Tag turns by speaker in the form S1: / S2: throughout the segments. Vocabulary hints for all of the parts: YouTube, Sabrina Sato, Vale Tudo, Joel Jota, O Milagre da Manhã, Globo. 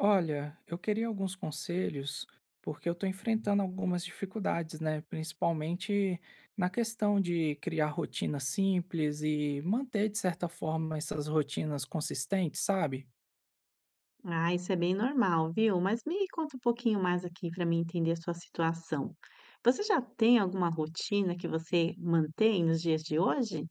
S1: Olha, eu queria alguns conselhos, porque eu estou enfrentando algumas dificuldades, né? Principalmente na questão de criar rotinas simples e manter, de certa forma, essas rotinas consistentes, sabe?
S2: Ah, isso é bem normal, viu? Mas me conta um pouquinho mais aqui para mim entender a sua situação. Você já tem alguma rotina que você mantém nos dias de hoje?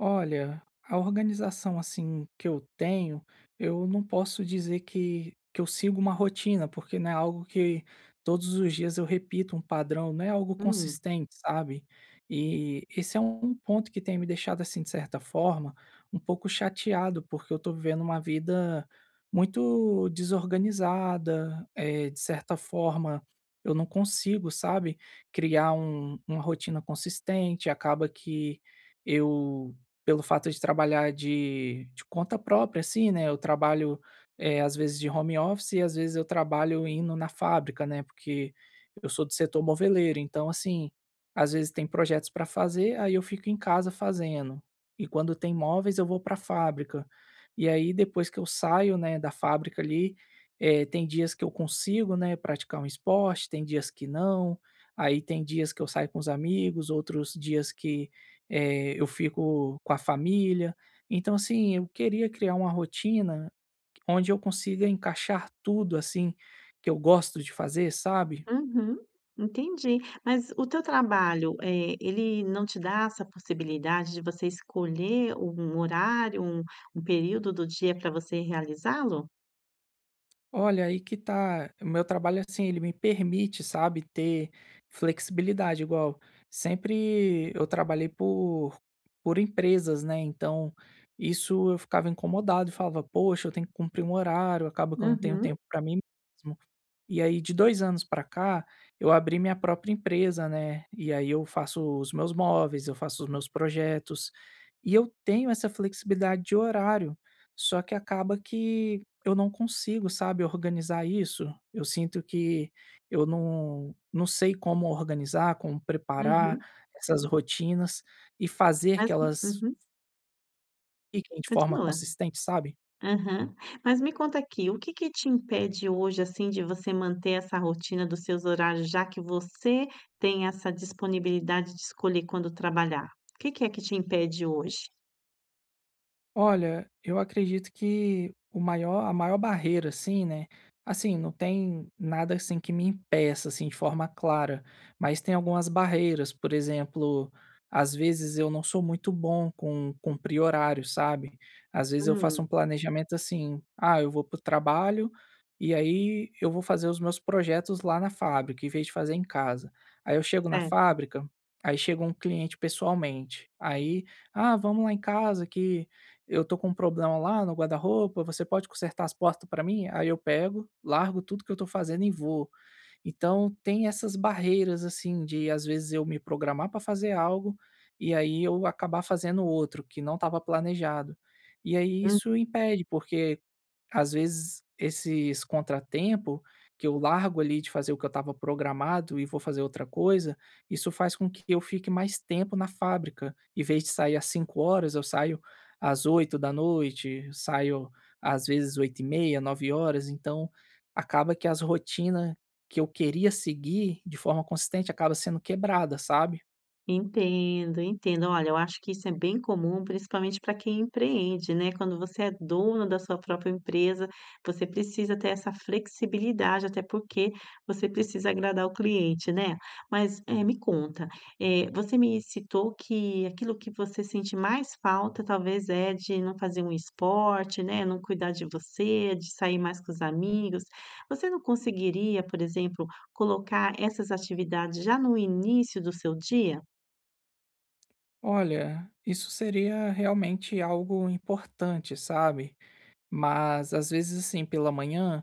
S1: Olha, a organização assim que eu tenho, eu não posso dizer que eu sigo uma rotina, porque não é algo que todos os dias eu repito um padrão, não é algo
S2: Hum.
S1: consistente, sabe? E esse é um ponto que tem me deixado assim, de certa forma, um pouco chateado, porque eu tô vivendo uma vida muito desorganizada, de certa forma, eu não consigo, sabe, criar uma rotina consistente, acaba que eu, pelo fato de trabalhar de conta própria, assim, né, eu trabalho, às vezes de home office e às vezes eu trabalho indo na fábrica, né, porque eu sou do setor moveleiro, então assim, às vezes tem projetos para fazer, aí eu fico em casa fazendo. E quando tem móveis eu vou para a fábrica. E aí depois que eu saio, né, da fábrica ali, tem dias que eu consigo, né, praticar um esporte, tem dias que não, aí tem dias que eu saio com os amigos, outros dias que eu fico com a família. Então, assim, eu queria criar uma rotina onde eu consiga encaixar tudo, assim, que eu gosto de fazer, sabe?
S2: Uhum, entendi. Mas o teu trabalho, ele não te dá essa possibilidade de você escolher um horário, um período do dia para você realizá-lo?
S1: Olha, aí que tá. O meu trabalho, assim, ele me permite, sabe, ter flexibilidade. Igual, sempre eu trabalhei por empresas, né? Então, isso eu ficava incomodado e falava, poxa, eu tenho que cumprir um horário, acaba que eu não tenho
S2: Uhum,
S1: tempo para mim mesmo. E aí de 2 anos para cá, eu abri minha própria empresa, né, e aí eu faço os meus móveis, eu faço os meus projetos, e eu tenho essa flexibilidade de horário, só que acaba que eu não consigo, sabe, organizar isso. Eu sinto que eu não sei como organizar, como preparar
S2: uhum.
S1: essas rotinas e fazer
S2: Mas,
S1: que elas
S2: uhum,
S1: fiquem de forma
S2: continua.
S1: consistente, sabe?
S2: Aham. Mas me conta aqui, o que que te impede hoje, assim, de você manter essa rotina dos seus horários, já que você tem essa disponibilidade de escolher quando trabalhar? O que que é que te impede hoje?
S1: Olha, eu acredito que o maior a maior barreira, assim, né, assim, não tem nada, assim, que me impeça, assim, de forma clara, mas tem algumas barreiras, por exemplo, às vezes eu não sou muito bom com cumprir horário, sabe. Às vezes eu faço um
S2: Hum,
S1: planejamento assim: "Ah, eu vou para o trabalho e aí eu vou fazer os meus projetos lá na fábrica, em vez de fazer em casa". Aí eu chego na
S2: certo.
S1: fábrica, aí chega um cliente pessoalmente, aí: "Ah, vamos lá em casa que eu tô com um problema lá no guarda-roupa, você pode consertar as portas para mim? Aí eu pego, largo tudo que eu tô fazendo e vou. Então tem essas barreiras, assim, de às vezes eu me programar para fazer algo e aí eu acabar fazendo outro que não estava planejado. E aí isso impede, porque às vezes, esses contratempo que eu largo ali de fazer o que eu estava programado e vou fazer outra coisa, isso faz com que eu fique mais tempo na fábrica. Em vez de sair às cinco horas eu saio às oito da noite, saio às vezes oito e meia, nove horas. Então, acaba que as rotinas que eu queria seguir de forma consistente acaba sendo quebrada, sabe.
S2: Entendo, entendo. Olha, eu acho que isso é bem comum, principalmente para quem empreende, né? Quando você é dono da sua própria empresa, você precisa ter essa flexibilidade, até porque você precisa agradar o cliente, né? Mas me conta, você me citou que aquilo que você sente mais falta talvez é de não fazer um esporte, né? Não cuidar de você, de sair mais com os amigos. Você não conseguiria, por exemplo, colocar essas atividades já no início do seu dia?
S1: Olha, isso seria realmente algo importante, sabe. Mas às vezes, assim, pela manhã,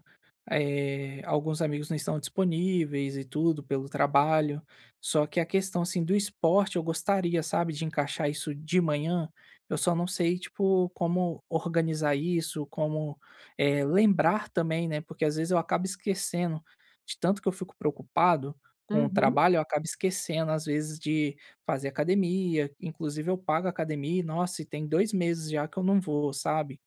S1: alguns amigos não estão disponíveis e tudo pelo trabalho. Só que a questão, assim, do esporte eu gostaria, sabe, de encaixar isso de manhã. Eu só não sei, tipo, como organizar isso, como, lembrar também, né, porque às vezes eu acabo esquecendo. De tanto que eu fico preocupado com o
S2: Uhum.
S1: trabalho, eu acabo esquecendo, às vezes, de fazer academia. Inclusive eu pago academia e, nossa, e tem 2 meses já que eu não vou, sabe?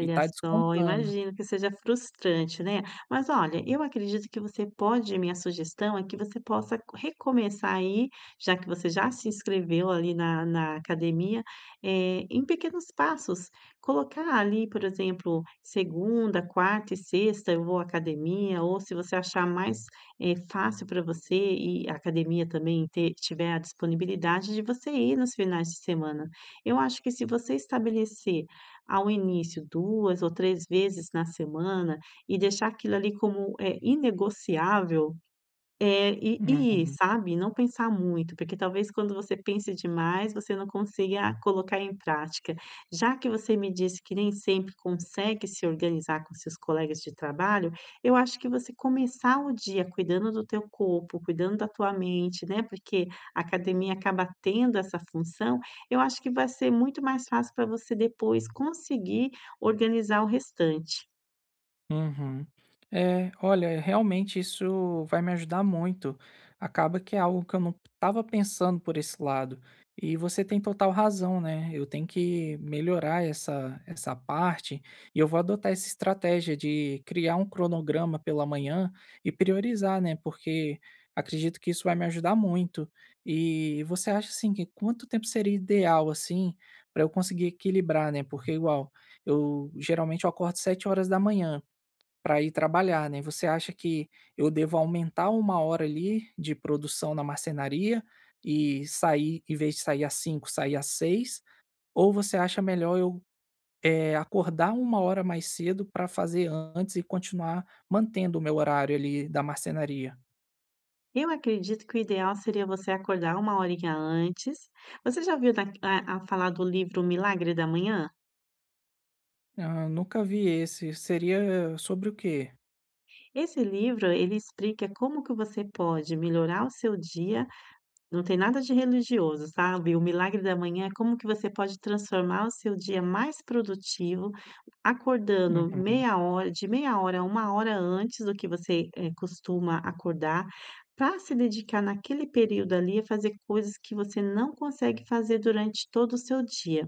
S1: E tá
S2: só,
S1: descontando.
S2: imagino que seja frustrante, né. Mas olha, eu acredito que você pode, minha sugestão é que você possa recomeçar aí, já que você já se inscreveu ali na academia, em pequenos passos. Colocar ali, por exemplo, segunda, quarta e sexta eu vou à academia, ou se você achar mais fácil para você e a academia também ter tiver a disponibilidade de você ir nos finais de semana. Eu acho que se você estabelecer ao início 2 ou 3 vezes na semana e deixar aquilo ali como é inegociável, e ir,
S1: Uhum.
S2: sabe, não pensar muito, porque talvez quando você pense demais, você não consiga colocar em prática. Já que você me disse que nem sempre consegue se organizar com seus colegas de trabalho, eu acho que você começar o dia cuidando do teu corpo, cuidando da tua mente, né, porque a academia acaba tendo essa função, eu acho que vai ser muito mais fácil para você depois conseguir organizar o restante.
S1: Uhum. É, olha, é, realmente isso vai me ajudar muito. Acaba que é algo que eu não estava pensando por esse lado. E você tem total razão, né? Eu tenho que melhorar essa, essa parte e eu vou adotar essa estratégia de criar um cronograma pela manhã e priorizar, né? Porque acredito que isso vai me ajudar muito. E você acha assim que quanto tempo seria ideal assim para eu conseguir equilibrar, né? Porque igual, eu geralmente eu acordo sete horas da manhã para ir trabalhar, né. Você acha que eu devo aumentar uma hora ali de produção na marcenaria e sair, em vez de sair às cinco sair às seis? Ou você acha melhor eu, acordar uma hora mais cedo para fazer antes e continuar mantendo o meu horário ali da marcenaria?
S2: Eu acredito que o ideal seria você acordar uma horinha antes. Você já viu da- a falar do livro O Milagre da Manhã?
S1: Ah, nunca vi esse. Seria sobre o quê?
S2: Esse livro, ele explica como que você pode melhorar o seu dia. Não tem nada de religioso, sabe. O milagre da manhã é como que você pode transformar o seu dia mais produtivo, acordando
S1: Uhum,
S2: meia hora a uma hora antes do que você costuma acordar, para se dedicar naquele período ali a fazer coisas que você não consegue fazer durante todo o seu dia.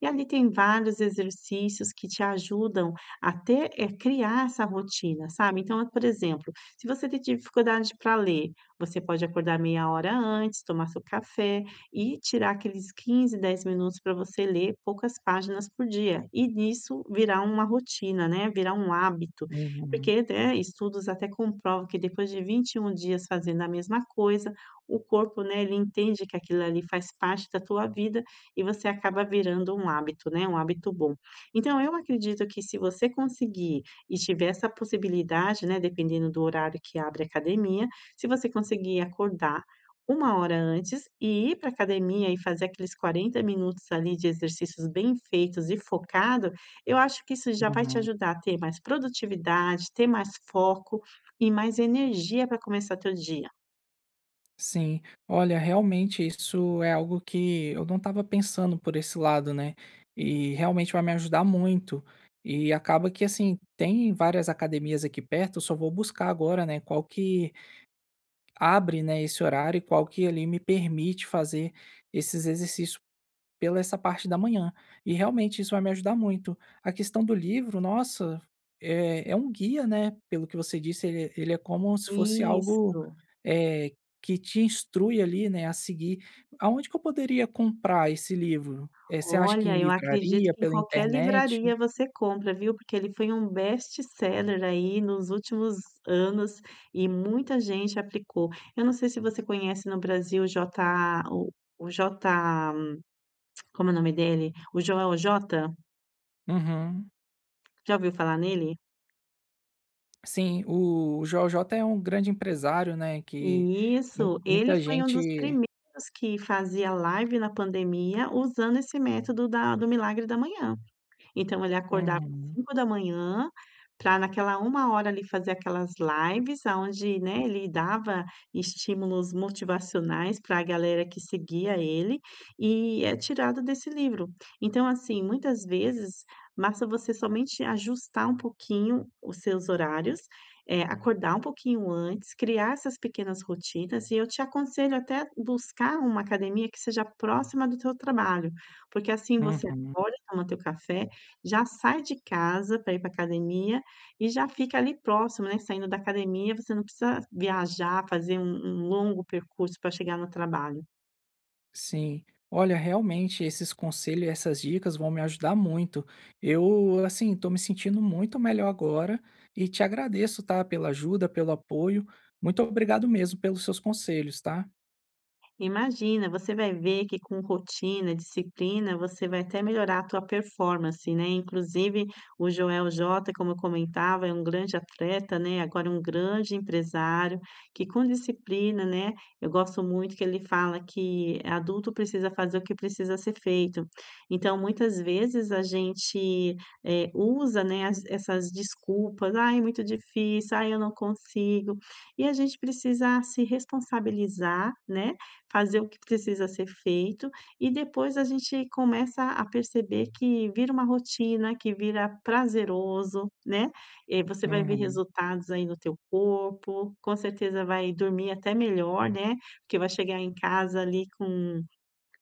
S2: E ali tem vários exercícios que te ajudam a ter, criar essa rotina, sabe. Então, é, por exemplo, se você tem dificuldade para ler, você pode acordar meia hora antes, tomar seu café e tirar aqueles 15, 10 minutos para você ler poucas páginas por dia. E nisso virar uma rotina, né, virar um hábito.
S1: uhum,
S2: Porque, né, estudos até comprovam que depois de 21 dias fazendo a mesma coisa, o corpo, né, ele entende que aquilo ali faz parte da tua vida e você acaba virando um hábito, né, um hábito bom. Então eu acredito que se você conseguir e tiver essa possibilidade, né, dependendo do horário que abre a academia, se você conseguir acordar uma hora antes e ir para a academia e fazer aqueles 40 minutos ali de exercícios bem feitos e focado, eu acho que isso já vai te
S1: uhum.
S2: ajudar a ter mais produtividade, ter mais foco e mais energia para começar teu dia.
S1: Sim, olha, realmente isso é algo que eu não estava pensando por esse lado, né? E realmente vai me ajudar muito. E acaba que assim, tem várias academias aqui perto, eu só vou buscar agora, né, qual que abre, né, esse horário e qual que ali me permite fazer esses exercícios pela essa parte da manhã. E realmente isso vai me ajudar muito. A questão do livro, nossa, é um guia, né, pelo que você disse, ele é como se fosse algo,
S2: Isso.
S1: eh, que te instrui ali, né, a seguir. Aonde que eu poderia comprar esse livro? Eh, você acha que em
S2: Olha, eu acredito
S1: livraria,
S2: que em
S1: pela
S2: qualquer
S1: internet?
S2: livraria você compra, viu, porque ele foi um best-seller aí nos últimos anos e muita gente aplicou. Eu não sei se você conhece no Brasil o J, como é o nome dele? O Joel J?
S1: Uhum.
S2: Já ouviu falar nele?
S1: Sim, o JJ é um grande empresário, né, que
S2: Isso, ele
S1: muita
S2: foi um
S1: gente.
S2: dos primeiros que fazia live na pandemia usando esse método da do milagre da manhã. Então ele acordava às
S1: Uhum,
S2: 5 da manhã para naquela uma hora ali fazer aquelas lives aonde, né, ele dava estímulos motivacionais para a galera que seguia ele, e é tirado desse livro. Então, assim, muitas vezes basta você somente ajustar um pouquinho os seus horários, acordar um pouquinho antes, criar essas pequenas rotinas, e eu te aconselho até buscar uma academia que seja próxima do teu trabalho, porque assim você
S1: uhum.
S2: acorda, toma teu café, já sai de casa para ir para academia e já fica ali próximo, né, saindo da academia, você não precisa viajar, fazer um longo percurso para chegar no trabalho.
S1: Sim. Olha, realmente esses conselhos e essas dicas vão me ajudar muito. Eu, assim, tô me sentindo muito melhor agora e te agradeço, tá? Pela ajuda, pelo apoio. Muito obrigado mesmo pelos seus conselhos, tá?
S2: Imagina, você vai ver que com rotina, disciplina, você vai até melhorar a tua performance, né, inclusive o Joel Jota, como eu comentava, é um grande atleta, né, agora um grande empresário, que com disciplina, né, eu gosto muito que ele fala que adulto precisa fazer o que precisa ser feito. Então muitas vezes a gente usa, né, as essas desculpas: "Ai, é muito difícil. Ai, eu não consigo". E a gente precisa se responsabilizar, né, fazer o que precisa ser feito e depois a gente começa a perceber que vira uma rotina, que vira prazeroso, né. Você vai ver
S1: Uhum.
S2: resultados aí no teu corpo, com certeza vai dormir até melhor, né, porque vai chegar em casa ali com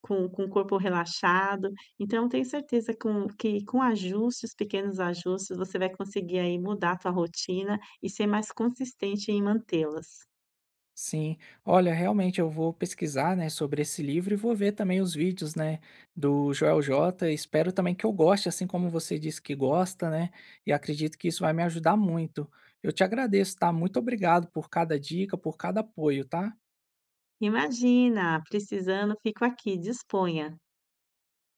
S2: com o corpo relaxado. Então tenho certeza com que com ajustes, pequenos ajustes, você vai conseguir aí mudar a tua rotina e ser mais consistente em mantê-las.
S1: Sim. Olha, realmente eu vou pesquisar, né, sobre esse livro e vou ver também os vídeos, né, do Joel J. Espero também que eu goste, assim como você disse que gosta, né? E acredito que isso vai me ajudar muito. Eu te agradeço, tá? Muito obrigado por cada dica, por cada apoio, tá?
S2: Imagina, precisando, fico aqui, disponha.